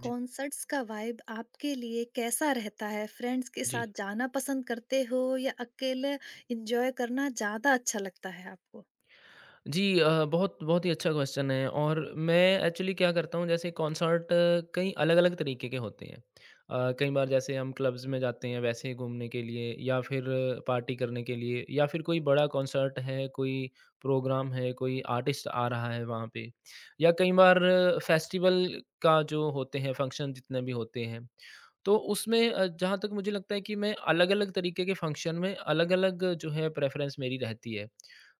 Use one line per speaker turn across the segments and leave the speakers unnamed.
जी,
concerts का vibe आपके लिए कैसा रहता है? फ्रेंड्स के
जी।
साथ जाना पसंद करते हो या अकेले एन्जॉय करना ज़्यादा अच्छा लगता है आपको?
जी, बहुत बहुत ही अच्छा क्वेश्चन है और मैं एक्चुअली क्या करता हूँ जैसे कॉन्सर्ट कई अलग-अलग तरीके के होते हैं। कई बार जैसे हम क्लब्स में जाते हैं वैसे ही घूमने के लिए या फिर पार्टी करने के लिए या फिर कोई बड़ा कॉन्सर्ट है, कोई प्रोग्राम है, कोई आर्टिस्ट आ रहा है वहाँ पे या कई बार फेस्टिवल का जो होते हैं फंक्शन जितने भी होते हैं। तो उसमें जहाँ तक मुझे लगता है कि मैं अलग-अलग तरीके के फंक्शन में अलग-अलग जो है प्रेफ़रेंस मेरी रहती है।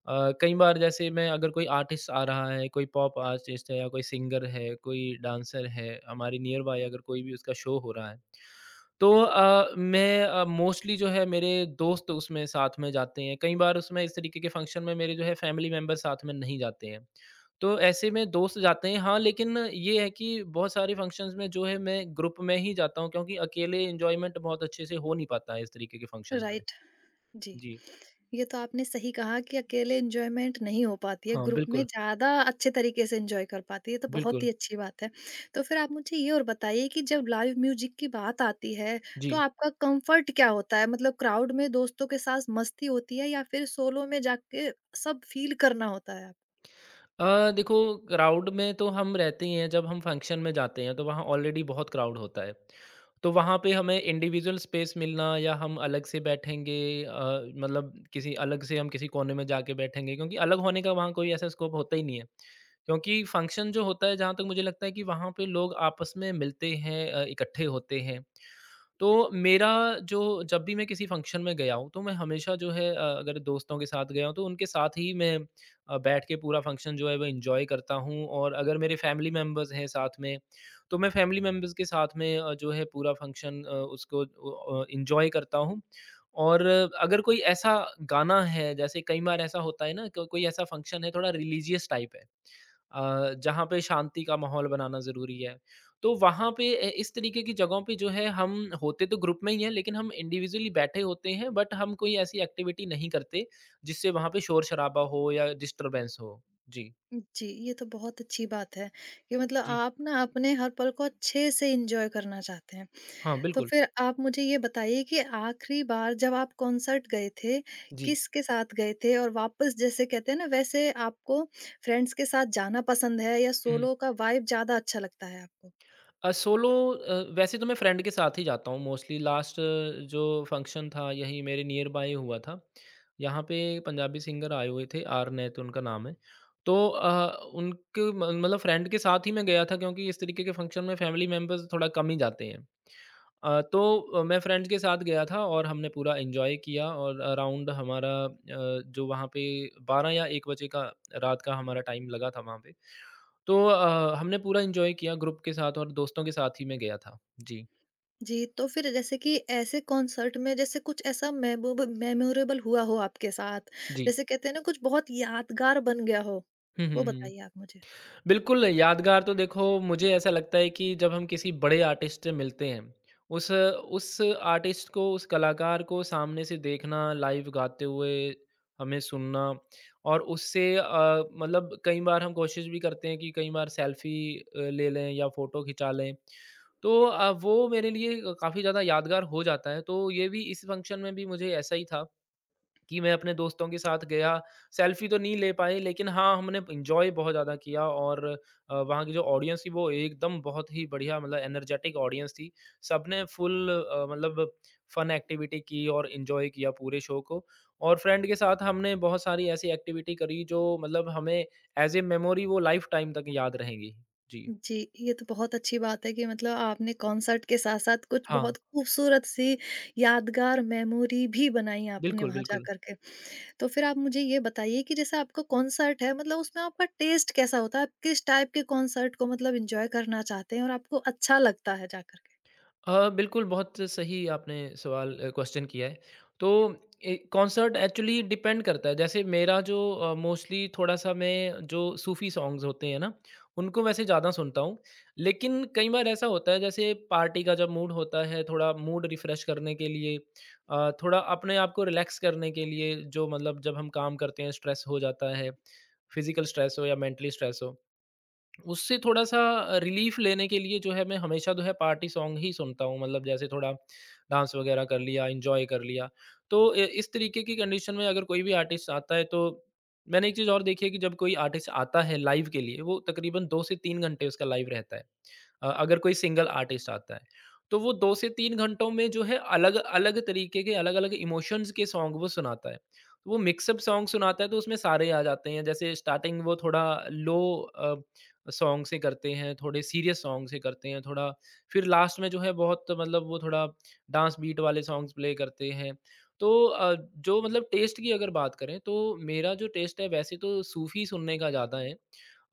कई बार जैसे मैं अगर कोई आर्टिस्ट आ रहा है, कोई पॉप आर्टिस्ट है या कोई सिंगर है, कोई डांसर है, हमारे नियर बाय अगर कोई भी उसका शो हो रहा है, तो मैं मोस्टली जो है मेरे दोस्त उसमें साथ में जाते हैं। कई बार उसमें इस तरीके के फंक्शन में मेरे जो है फैमिली मेंबर साथ में नहीं जाते हैं। तो ऐसे में दोस्त जाते हैं हाँ, लेकिन ये है कि बहुत सारे फंक्शंस में जो है मैं ग्रुप में ही जाता हूँ क्योंकि अकेले एन्जॉयमेंट बहुत अच्छे से हो नहीं पाता है इस तरीके के फंक्शंस में।
राइट, जी।
जी।
ये तो आपने सही कहा कि अकेले एन्जॉयमेंट नहीं हो पाती है,
हाँ,
ग्रुप में
बिल्कुल,
ज़्यादा अच्छे तरीके से एन्जॉय कर पाते हैं, ये तो बहुत
बिल्कुल।
ही अच्छी बात है। तो फिर आप मुझे ये और बताइए कि जब लाइव म्यूज़िक की बात आती है, तो
जी।
आपका कम्फ़र्ट क्या होता है? मतलब क्राउड में दोस्तों के साथ मस्ती होती है या फिर सोलो में जाके सब फ़ील करना होता है?
देखो क्राउड में तो हम रहते ही हैं जब हम फंक्शन में जाते हैं तो वहाँ ऑलरेडी बहुत क्राउड होता है तो वहाँ पे हमें इंडिविजुअल स्पेस मिलना या हम अलग से बैठेंगे अ, मतलब किसी अलग से हम किसी कोने में जाके बैठेंगे क्योंकि अलग होने का वहाँ कोई ऐसा स्कोप होता ही नहीं है क्योंकि फंक्शन जो होता है जहाँ तक मुझे लगता है कि वहाँ पे लोग आपस में मिलते हैं इकट्ठे होते हैं तो मेरा जो जब भी मैं किसी फंक्शन में गया हूँ, तो मैं हमेशा जो है अगर दोस्तों के साथ गया हूँ, तो उनके साथ ही मैं बैठ के पूरा फंक्शन जो है वो एन्जॉय करता हूँ और अगर मेरे फैमिली मेंबर्स हैं साथ में, तो मैं फैमिली मेंबर्स के साथ में जो है पूरा फंक्शन उसको एन्जॉय करता हूँ और अगर कोई ऐसा गाना है, जैसे कई बार ऐसा होता है ना को कोई ऐसा फंक्शन है, थोड़ा रिलीजियस टाइप है जहाँ पे शांति का माहौल बनाना ज़रूरी है। तो वहाँ पे इस तरीके की जगहों पे जो है हम होते तो ग्रुप में ही हैं लेकिन हम इंडिविजुअली बैठे होते हैं बट हम कोई ऐसी एक्टिविटी नहीं करते जिससे वहाँ पे शोर-शराबा हो या डिस्टरबेंस हो। जी,
जी, ये तो बहुत अच्छी बात है कि मतलब
जी।
आप ना अपने हर पल को अच्छे से एन्जॉय करना चाहते हैं।
हाँ,
तो
बिल्कुल।
फिर आप मुझे ये बताइए कि आखिरी बार जब आप कॉन्सर्ट गए थे,
जी।
किसके साथ गए थे? और वापस जैसे कहते हैं ना वैसे आपको फ्रेंड्स के साथ जाना पसंद है या
हुँ।
सोलो का वाइब ज़्यादा अच्छा लगता है आपको?
वैसे तो मैं फ्रेंड के साथ ही जाता हूँ मोस्टली लास्ट जो फंक्शन था यही मेरे नियर बाय हुआ था। यहाँ पे पंजाबी सिंगर आए हुए थे आर नैत उनका नाम है। तो उनके म मतलब फ्रेंड के साथ ही मैं गया था क्योंकि इस तरीके के फंक्शन में फैमिली मेंबर्स थोड़ा कम ही जाते हैं। तो मैं फ्रेंड्स के साथ गया था और हमने पूरा एन्जॉय किया और अराउंड हमारा अ, जो वहाँ पे 12 या 1 बजे का रात का हमारा टाइम लगा था वहाँ पे। तो हमने पूरा एन्जॉय किया ग्रुप के साथ और दोस्तों के साथ ही मैं गया था। जी,
जी, तो फिर जैसे कि ऐसे कॉन्सर्ट में जैसे कुछ ऐसा मेमोब मेमोरेबल हुआ हो आपके साथ,
जी।
जैसे कहते हैं ना कुछ बहुत यादगार बन गया हो?
हुँ, हुँ,
वो
हुँ।
बताइए आप मुझे।
बिल्कुल, यादगार तो देखो मुझे ऐसा लगता है कि जब हम किसी बड़े आर्टिस्ट से मिलते हैं, उस उस आर्टिस्ट को, उस कलाकार को सामने से देखना, लाइव गाते हुए हमें सुनना और उससे मतलब कई बार हम कोशिश भी करते हैं कि कई बार सेल्फ़ी ले लें या फ़ोटो खिंचा लें। तो वो मेरे लिए काफ़ी ज़्यादा यादगार हो जाता है, तो ये भी इस फ़ंक्शन में भी मुझे ऐसा ही था कि मैं अपने दोस्तों के साथ गया, सेल्फ़ी तो नहीं ले पाए लेकिन हाँ, हमने एन्जॉय बहुत ज़्यादा किया और वहाँ की जो ऑडियंस थी वो एकदम बहुत ही बढ़िया मतलब एनर्जेटिक ऑडियंस थी। सबने फुल मतलब फ़न एक्टिविटी की और एन्जॉय किया पूरे शो को और फ्रेंड के साथ हमने बहुत सारी ऐसी एक्टिविटी करी जो मतलब हमें एज़ ए मेमोरी वो लाइफ़ टाइम तक याद रहेंगी। जी।
जी, ये तो बहुत अच्छी बात है कि मतलब आपने कॉन्सर्ट के साथ-साथ कुछ
हाँ,
बहुत खूबसूरत सी यादगार मेमोरी भी बनाई आपने
बिल्कुल,
वहाँ जा
बिल्कुल।
कर के। तो फिर आप मुझे ये बताइए कि जैसे आपका कॉन्सर्ट है मतलब उसमें आपका टेस्ट कैसा होता है? आप किस टाइप के कॉन्सर्ट को मतलब एन्जॉय करना चाहते हैं और आपको अच्छा लगता है जा कर के?
बिल्कुल, बहुत सही आपने क्वेश्चन किया है। तो ए कॉन्सर्ट एक्चुअली डिपेंड करता है, जैसे मेरा जो मोस्टली थोड़ा-सा मैं जो सूफ़ी सॉन्ग्स होते हैं ना, उनको वैसे ज़्यादा सुनता हूँ। लेकिन कई बार ऐसा होता है जैसे पार्टी का जब मूड होता है, थोड़ा मूड रिफ़्रेश करने के लिए थोड़ा अपने आप को रिलैक्स करने के लिए जो मतलब जब हम काम करते हैं, स्ट्रेस हो जाता है, फ़िज़िकल स्ट्रेस हो या मेंटली स्ट्रेस हो। उससे थोड़ा-सा रिलीफ़ लेने के लिए जो है मैं हमेशा जो है पार्टी सॉन्ग ही सुनता हूँ। मतलब जैसे थोड़ा डांस वग़ैरह कर लिया, एन्जॉय कर लिया। तो इ इस तरीके की कंडीशन में अगर कोई भी आर्टिस्ट आता है तो मैंने एक चीज़ और देखी है कि जब कोई आर्टिस्ट आता है लाइव के लिए वो तकरीबन 2 से 3 घंटे उसका लाइव रहता है। अगर कोई सिंगल आर्टिस्ट आता है। तो वो 2 से 3 घंटों में जो है अलग-अलग तरीके के अलग-अलग इमोशंस के सॉन्ग वो सुनाता है। तो वो मिक्सअप सॉन्ग सुनाता है तो उसमें सारे आ जाते हैं। जैसे स्टार्टिंग वो थोड़ा लो अ, सॉन्ग से करते हैं, थोड़े सीरियस सॉन्ग से करते हैं, थोड़ा फिर लास्ट में जो है बहुत मतलब वो थोड़ा डांस बीट वाले सॉन्ग्स प्ले करते हैं। तो जो मतलब टेस्ट की अगर बात करें तो मेरा जो टेस्ट है वैसे तो सूफ़ी सुनने का ज़्यादा है।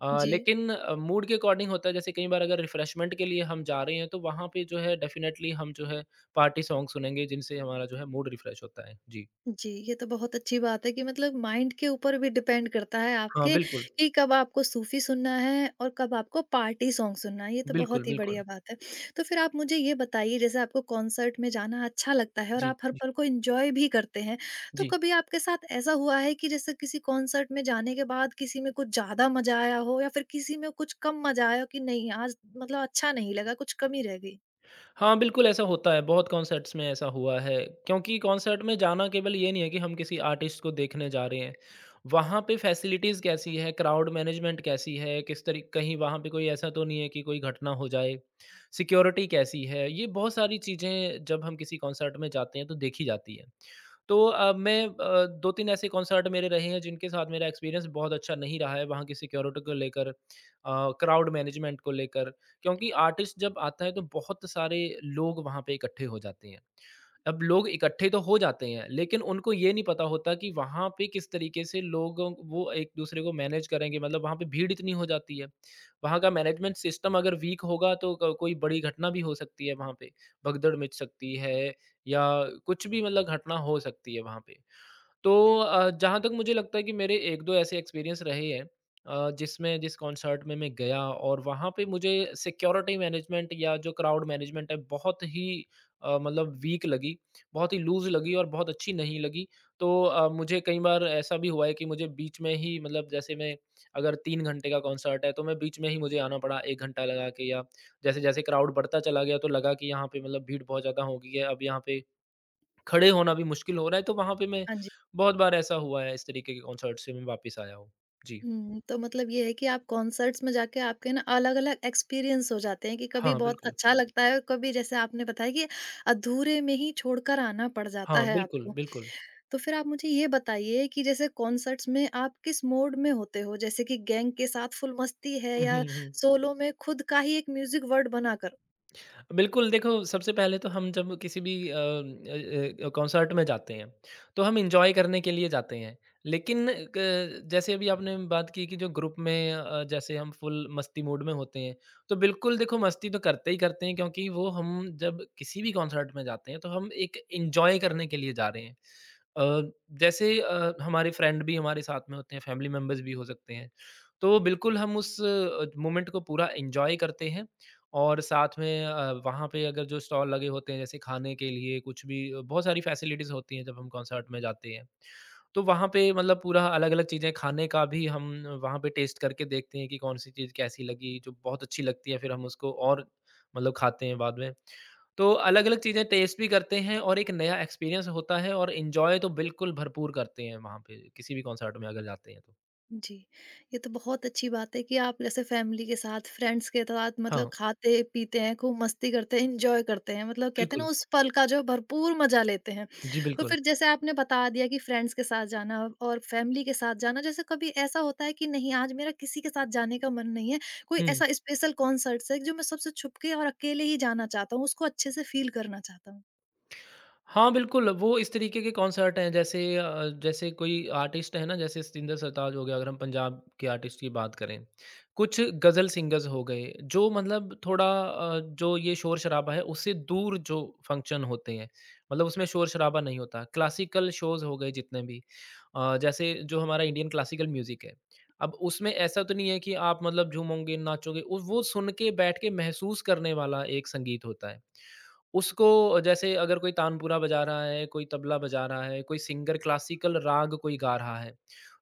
अ,
जी।
लेकिन अ, मूड के अकॉर्डिंग होता है जैसे कई बार अगर रिफ़्रेशमेंट के लिए हम जा रहे हैं तो वहाँ पे जो है डेफ़िनेटली हम जो है पार्टी सॉन्ग सुनेंगे जिनसे हमारा जो है मूड रिफ़्रेश होता है। जी।
जी, ये तो बहुत अच्छी बात है कि मतलब माइंड के ऊपर भी डिपेंड करता है
हाँ,
आपके
बिल्कुल।
कि कब आपको सूफ़ी सुनना है और कब आपको पार्टी सॉन्ग सुनना है, ये तो
बिल्कुल,
बहुत ही
बिल्कुल।
बढ़िया बात है। तो फिर आप मुझे ये बताइए जैसे आपको कॉन्सर्ट में जाना अच्छा लगता है और
जी,
आप हर
जी,
पल को एन्जॉय भी करते हैं, तो
जी।
कभी आपके साथ ऐसा हुआ है कि जैसे किसी कॉन्सर्ट में जाने के बाद किसी में कुछ ज़्यादा मज़ा आया हो या फिर किसी में कुछ कम मज़ा आया हो कि नहीं आज मतलब अच्छा नहीं लगा, कुछ कमी रह गई?
हाँ, बिल्कुल ऐसा होता है, बहुत कॉन्सर्ट्स में ऐसा हुआ है, क्योंकि कॉन्सर्ट में जाना केवल ये नहीं है कि हम किसी आर्टिस्ट को देखने जा रहे हैं। वहाँ पे फैसिलिटीज़ कैसी है, क्राउड मैनेजमेंट कैसी है, किस तरी कहीं वहाँ पे कोई ऐसा तो नहीं है कि कोई घटना हो जाए, सिक्योरिटी कैसी है, ये बहुत सारी चीज़ें जब हम किसी कॉन्सर्ट में जाते हैं तो देखी जाती हैं। तो मैं 2-3 ऐसे कॉन्सर्ट मेरे रहे हैं जिनके साथ मेरा एक्सपीरियंस बहुत अच्छा नहीं रहा है, वहाँ की सिक्योरिटी को लेकर, क्राउड मैनेजमेंट को लेकर। क्योंकि आर्टिस्ट जब आता है तो बहुत सारे लोग वहाँ पे इकट्ठे हो जाते हैं। अब लोग इकट्ठे तो हो जाते हैं, लेकिन उनको ये नहीं पता होता कि वहाँ पे किस तरीके से लोगों वो एक-दूसरे को मैनेज करेंगे मतलब वहाँ पे भीड़ इतनी हो जाती है। वहाँ का मैनेजमेंट सिस्टम अगर वीक होगा तो क कोई बड़ी घटना भी हो सकती है वहाँ पे। भगदड़ मच सकती है या कुछ भी मतलब घटना हो सकती है वहाँ पे। तो जहाँ तक मुझे लगता है कि मेरे 1-2 ऐसे एक्सपीरियंस रहे हैं जिस कॉन्सर्ट में मैं गया और वहाँ पे मुझे सिक्योरिटी मैनेजमेंट या जो क्राउड मैनेजमेंट है बहुत ही मतलब वीक लगी, बहुत ही लूज़ लगी और बहुत अच्छी नहीं लगी। तो मुझे कई बार ऐसा भी हुआ है कि मुझे बीच में ही मतलब जैसे मैं अगर 3 घंटे का कॉन्सर्ट है तो मैं बीच में ही मुझे आना पड़ा 1 घंटा लगा के या जैसे-जैसे क्राउड बढ़ता चला गया तो लगा कि यहाँ पे मतलब भीड़ बहुत ज़्यादा हो गई है, अब यहाँ पे खड़े होना भी मुश्किल हो रहा है, तो वहाँ पे मैं
हाँ जी।
बहुत बार ऐसा हुआ है, इस तरीके के कॉन्सर्ट से मैं वापस आया हूँ। जी।
हुँ, तो मतलब ये है कि आप कॉन्सर्ट्स में जाके आपके ना अलग-अलग एक्सपीरियंस हो जाते हैं कि कभी
हाँ,
बहुत
बिल्कुल।
अच्छा लगता है और कभी जैसे आपने बताया कि अधूरे में ही छोड़कर आना पड़ जाता
हाँ,
है
बिल्कुल,
आपको।
बिल्कुल।
तो फिर आप मुझे ये बताइए कि जैसे कॉन्सर्ट्स में आप किस मोड में होते हो? जैसे कि गैंग के साथ फुल मस्ती है
हुँ,
या
हुँ, हुँ।
सोलो में खुद का ही एक म्यूज़िक वर्ड बनाकर?
बिल्कुल, देखो सबसे पहले तो हम जब किसी भी कॉन्सर्ट में जाते हैं, तो हम एन्जॉय करने के लिए जाते हैं। लेकिन क जैसे अभी आपने बात की कि जो ग्रुप में जैसे हम फुल मस्ती मूड में होते हैं, तो बिल्कुल देखो मस्ती तो करते ही करते हैं क्योंकि वो हम जब किसी भी कॉन्सर्ट में जाते हैं, तो हम एक एन्जॉय करने के लिए जा रहे हैं। अ, जैसे हमारे फ्रेंड भी हमारे साथ में होते हैं, फैमिली मेंबर्स भी हो सकते हैं। तो बिल्कुल हम उस मोमेंट को पूरा एन्जॉय करते हैं और साथ में वहाँ पे अगर जो स्टॉल लगे होते हैं जैसे खाने के लिए कुछ भी बहुत सारी फैसिलिटीज़ होती हैं जब हम कॉन्सर्ट में जाते हैं। तो वहाँ पे मतलब पूरा अलग-अलग चीज़ें खाने का भी हम वहाँ पे टेस्ट करके देखते हैं कि कौन-सी चीज़ कैसी लगी, जो बहुत अच्छी लगती है फिर हम उसको और मतलब खाते हैं बाद में। तो अलग-अलग चीज़ें टेस्ट भी करते हैं और एक नया एक्सपीरियंस होता है और एन्जॉय तो बिल्कुल भरपूर करते हैं वहाँ पे किसी भी कॉन्सर्ट में अगर जाते हैं तो।
जी, ये तो बहुत अच्छी बात है कि आप जैसे फैमिली के साथ, फ्रेंड्स के साथ
हाँ,
मतलब खाते-पीते हैं, खूब मस्ती करते हैं, एन्जॉय करते हैं। मतलब कहते हैं
बिल्कुल।
ना उस पल का जो भरपूर मज़ा लेते हैं।
जी,
तो
बिल्कुल।
फिर जैसे आपने बता दिया कि फ्रेंड्स के साथ जाना और फैमिली के साथ जाना, जैसे कभी ऐसा होता है कि नहीं आज मेरा किसी के साथ जाने का मन नहीं है, कोई
हुँ।
ऐसा स्पेशल कॉन्सर्ट्स है जो मैं सबसे छुप के और अकेले ही जाना चाहता हूँ, उसको अच्छे से फ़ील करना चाहता हूँ?
हाँ, बिल्कुल, वो इस तरीके के कॉन्सर्ट हैं। जैसे कोई आर्टिस्ट है ना, जैसे सतिंदर सरताज हो गया, अगर हम पंजाब के आर्टिस्ट की बात करें। कुछ गज़ल सिंगर्स हो गए, जो मतलब थोड़ा जो ये शोर-शराबा है, उससे दूर जो फंक्शन होते हैं, मतलब उसमें शोर-शराबा नहीं होता। क्लासिकल शोज़ हो गए जितने भी जैसे जो हमारा इंडियन क्लासिकल म्यूज़िक है, अब उसमें ऐसा तो नहीं है कि आप मतलब झूमोगे, नाचोगे, वो सुन के बैठ के महसूस करने वाला एक संगीत होता है। उसको जैसे अगर कोई तानपुरा बजा रहा है, कोई तबला बजा रहा है, कोई सिंगर क्लासिकल राग कोई गा रहा है,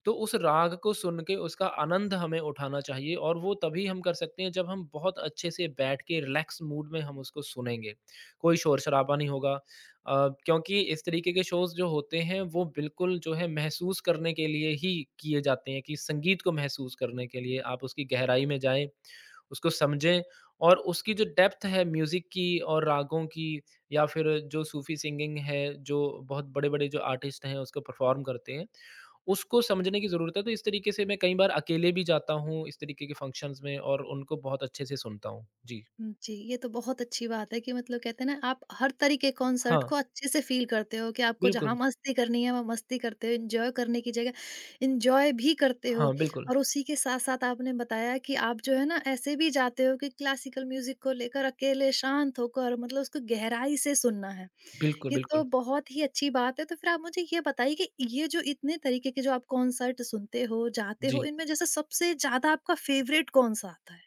तो उस राग को सुन के उसका आनंद हमें उठाना चाहिए और वो तभी हम कर सकते हैं जब हम बहुत अच्छे से बैठ के रिलैक्स मूड में हम उसको सुनेंगे। कोई शोर-शराबा नहीं होगा अ, क्योंकि इस तरीके के शोज़ जो होते हैं वो बिल्कुल जो है महसूस करने के लिए ही किए जाते हैं कि संगीत को महसूस करने के लिए आप उसकी गहराई में जाएँ, उसको समझें और उसकी जो डेप्थ है म्यूज़िक की और रागों की या फिर जो सूफ़ी सिंगिंग है, जो बहुत बड़े-बड़े जो आर्टिस्ट हैं उसको परफ़ॉर्म करते हैं, उसको समझने की ज़रूरत है। तो इस तरीके से मैं कई बार अकेले भी जाता हूँ इस तरीके के फंक्शन्स में और उनको बहुत अच्छे से सुनता हूँ। जी।
हुँ, जी, ये तो बहुत अच्छी बात है कि मतलब कहते हैं ना आप हर तरीके
हाँ,
कॉन्सर्ट को अच्छे से फ़ील करते हो कि आपको जहाँ
बिल्कुल।
मस्ती करनी है, वहाँ मस्ती करते हो, एन्जॉय करने की जगह एन्जॉय भी करते
हाँ,
हो।
बिल्कुल।
और उसी के साथ-साथ आपने बताया कि आप जो है ना ऐसे भी जाते हो कि क्लासिकल म्यूज़िक को लेकर अकेले शांत होकर मतलब उसको गहराई से सुनना है।
बिल्कुल,
ये तो
बिल्कुल।
बहुत ही अच्छी बात है, तो फिर आप मुझे ये बताइए कि ये जो इतने तरीके के जो आप कॉन्सर्ट सुनते हो, जाते हो,
जी।
इनमें जैसे सबसे ज़्यादा आपका फ़ेवरेट कौन-सा आता है?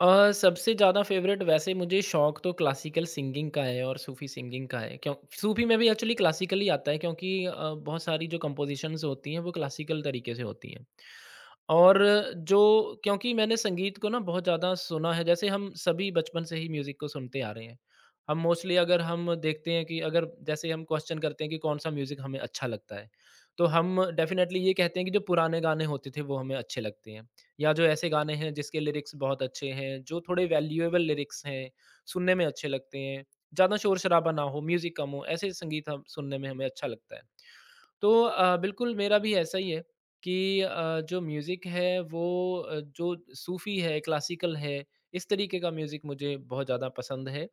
सबसे ज़्यादा फ़ेवरेट वैसे मुझे शौक तो क्लासिकल सिंगिंग का है और सूफ़ी सिंगिंग का है। क्यों सूफ़ी में भी एक्चुअली क्लासिकल ही आता है क्योंकि बहुत सारी जो कंपोज़िशंस होती हैं वो क्लासिकल तरीके से होती हैं। और जो क्योंकि मैंने संगीत को ना बहुत ज़्यादा सुना है, जैसे हम सभी बचपन से ही म्यूज़िक को सुनते आ रहे हैं। हम मोस्टली अगर हम देखते हैं कि अगर जैसे हम क्वेश्चन करते हैं कि कौन-सा म्यूज़िक हमें अच्छा लगता है, तो हम डेफ़िनेटली ये कहते हैं कि जो पुराने गाने होते थे वो हमें अच्छे लगते हैं। या जो ऐसे गाने हैं जिसके लिरिक्स बहुत अच्छे हैं, जो थोड़े वैल्यूएबल लिरिक्स हैं, सुनने में अच्छे लगते हैं, ज़्यादा शोर-शराबा ना हो, म्यूज़िक कम हो, ऐसे संगीत हम सुनने में हमें अच्छा लगता है। तो बिल्कुल मेरा भी ऐसा ही है कि जो म्यूज़िक है वो जो सूफ़ी है, क्लासिकल है, इस तरीके का म्यूज़िक मुझे बहुत ज़्यादा पसंद है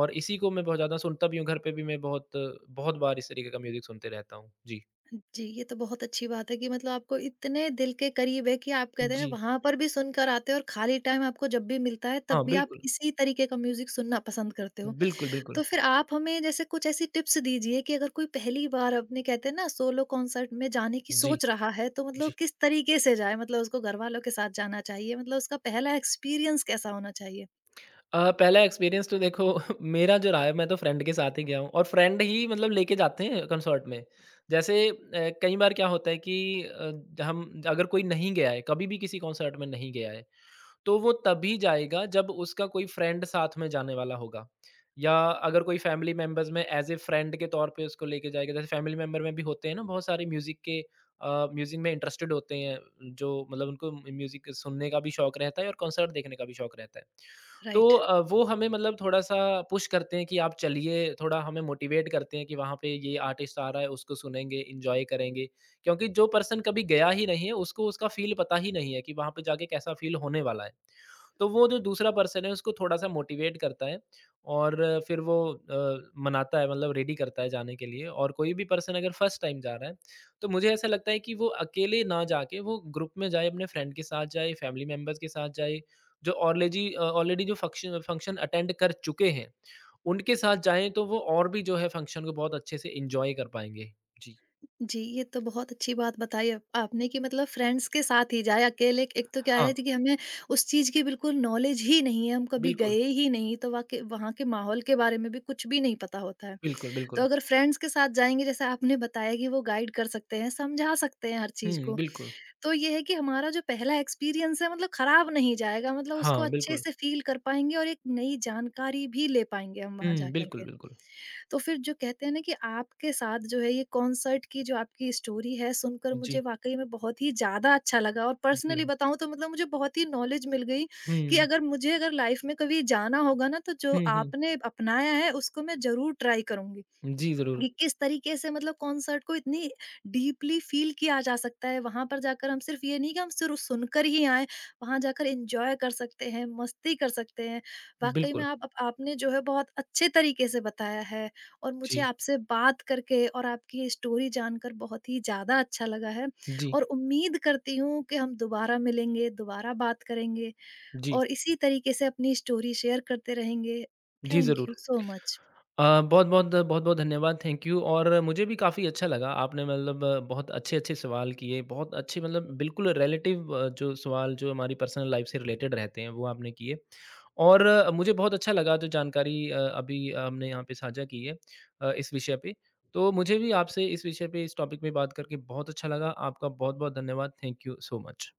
और इसी को मैं बहुत ज़्यादा सुनता भी हूँ, घर पे भी मैं बहुत बहुत बार इस तरीके का म्यूज़िक सुनते रहता हूँ। जी।
जी, ये तो बहुत अच्छी बात है कि मतलब आपको इतने दिल के करीब है कि आप कहते हैं ना
जी।
वहाँ पर भी सुनकर आते हो और खाली टाइम आपको जब भी मिलता है
हाँ,
तब भी आप
बिल्कुल।
इसी तरीके का म्यूजिक सुनना पसंद करते हो।
बिल्कुल, बिल्कुल।
तो फिर आप हमें जैसे कुछ ऐसी टिप्स दीजिए कि अगर कोई पहली बार अपने कहते हैं ना सोलो कॉन्सर्ट में जाने की
जी,
सोच रहा है तो
जी।
मतलब किस तरीके से जाए? मतलब उसको घरवालों के साथ जाना चाहिए? मतलब उसका पहला एक्सपीरियंस कैसा होना चाहिए?
पहला एक्सपीरियंस तो देखो मेरा जो रहा है मैं तो फ्रेंड के साथ ही गया हूँ और फ्रेंड ही मतलब लेके जाते हैं कंसर्ट में। जैसे कई बार क्या होता है कि अ, हम अगर कोई नहीं गया है, कभी भी किसी कंसर्ट में नहीं गया है, तो वो तभी जाएगा जब उसका कोई फ्रेंड साथ में जाने वाला होगा या अगर कोई फैमिली मेंबर्स में एज ए फ्रेंड के तौर पे उसको लेके जाएगा जैसे फैमिली मेंबर में भी होते हैं ना बहुत सारे म्यूज़िक के म्यूज़िक में इंटरेस्टेड होते हैं जो मतलब उनको म्यूज़िक सुनने का भी शौक रहता है और कॉन्सर्ट देखने का भी शौक रहता है तो
राइट।
अ, वो हमें मतलब थोड़ा सा पुश करते हैं कि आप चलिए थोड़ा हमें मोटिवेट करते हैं कि वहाँ पे ये आर्टिस्ट आ रहा है उसको सुनेंगे इंजॉय करेंगे क्योंकि जो पर्सन कभी गया ही नहीं है, उसको उसका फ़ील पता ही नहीं है कि वहाँ पे जाके कैसा फ़ील होने वाला है। तो वो जो दूसरा पर्सन है उसको थोड़ा-सा मोटिवेट करता है और फिर वो मनाता है मतलब रेडी करता है जाने के लिए और कोई भी पर्सन अगर फर्स्ट टाइम जा रहा है, तो मुझे ऐसा लगता है कि वो अकेले ना जाके वो ग्रुप में जाए, अपने फ्रेंड के साथ जाए, फैमिली मेंबर्स के साथ जाए, जो ऑलरेडी जो फंक्शन फंक्शन अटेंड कर चुके हैं, उनके साथ जाएँ तो वो और भी जो है फंक्शन को बहुत अच्छे से एन्जॉय कर पाएँगे। जी।
जी, ये तो बहुत अच्छी बात बताई आप आपने कि मतलब फ्रेंड्स के साथ ही जाए, अकेले एक तो क्या
हाँ,
है जी कि हमें उस चीज़ की बिल्कुल नॉलेज ही नहीं है, हम कभी
बिल्कुल।
गए ही नहीं, तो वाक़ई वहाँ के माहौल के बारे में भी कुछ भी नहीं पता होता है।
बिल्कुल,
तो
बिल्कुल।
अगर फ्रेंड्स के साथ जाएँगे जैसे आपने बताया कि वो गाइड कर सकते हैं, समझा सकते हैं हर चीज़
हुँ,
को।
बिल्कुल।
तो ये है कि हमारा जो पहला एक्सपीरियंस है मतलब खराब नहीं जाएगा, मतलब उसको
हाँ,
अच्छे
बिल्कुल।
से फ़ील कर पाएँगे और एक नई जानकारी भी ले पाएँगे हम वहाँ जा
हुँ,
कर
बिल्कुल,
के।
बिल्कुल।
तो फिर जो कहते हैं ना कि आपके साथ जो है ये कॉन्सर्ट की जो आपकी स्टोरी है सुनकर
जी,
मुझे वाक़ई में बहुत ही ज़्यादा अच्छा लगा और
जी।
पर्सनली बताऊँ तो मतलब मुझे बहुत ही नॉलेज मिल गई कि
हुँ,
अगर मुझे अगर लाइफ़ में कभी जाना होगा ना तो जो
हुँ, हुँ।
आपने अपनाया है उसको मैं ज़रूर ट्राई करूँगी।
जी, ज़रूर।
कि किस तरीके से मतलब कॉन्सर्ट को इतनी डीपली फील किया जा सकता है। वहां पर जाकर हम सिर्फ ये नहीं कि हम सिर्फ सुनकर ही आए, वहां जाकर एंजॉय कर सकते हैं, मस्ती कर सकते हैं। वाकई में
बिल्कुल।
आपने जो है बहुत अच्छे तरीके से बताया है। और मुझे
जी,
आपसे बात करके और आपकी ये स्टोरी जानकर बहुत ही ज्यादा अच्छा लगा है।
जी,
और उम्मीद करती हूँ कि हम दोबारा मिलेंगे, दोबारा बात करेंगे
जी।
और इसी तरीके से अपनी स्टोरी शेयर करते रहेंगे।
जी,
थैंक यू
ज़रूर।
So much.
अ, बहुत-बहुत, बहुत-बहुत धन्यवाद, थैंक यू और मुझे भी काफ़ी अच्छा लगा, आपने मतलब बहुत अच्छे-अच्छे सवाल किए, बहुत अच्छे मतलब बिल्कुल रिलेटिव, जो सवाल जो हमारी पर्सनल लाइफ से रिलेटेड रहते हैं, वो आपने किए और मुझे बहुत अच्छा लगा जो जानकारी अभी हमने यहाँ पे साझा की है, इस विषय पे। तो मुझे भी आपसे इस विषय पे, इस टॉपिक पे बात करके बहुत अच्छा लगा, आपका बहुत-बहुत धन्यवाद, थैंक यू सो मच।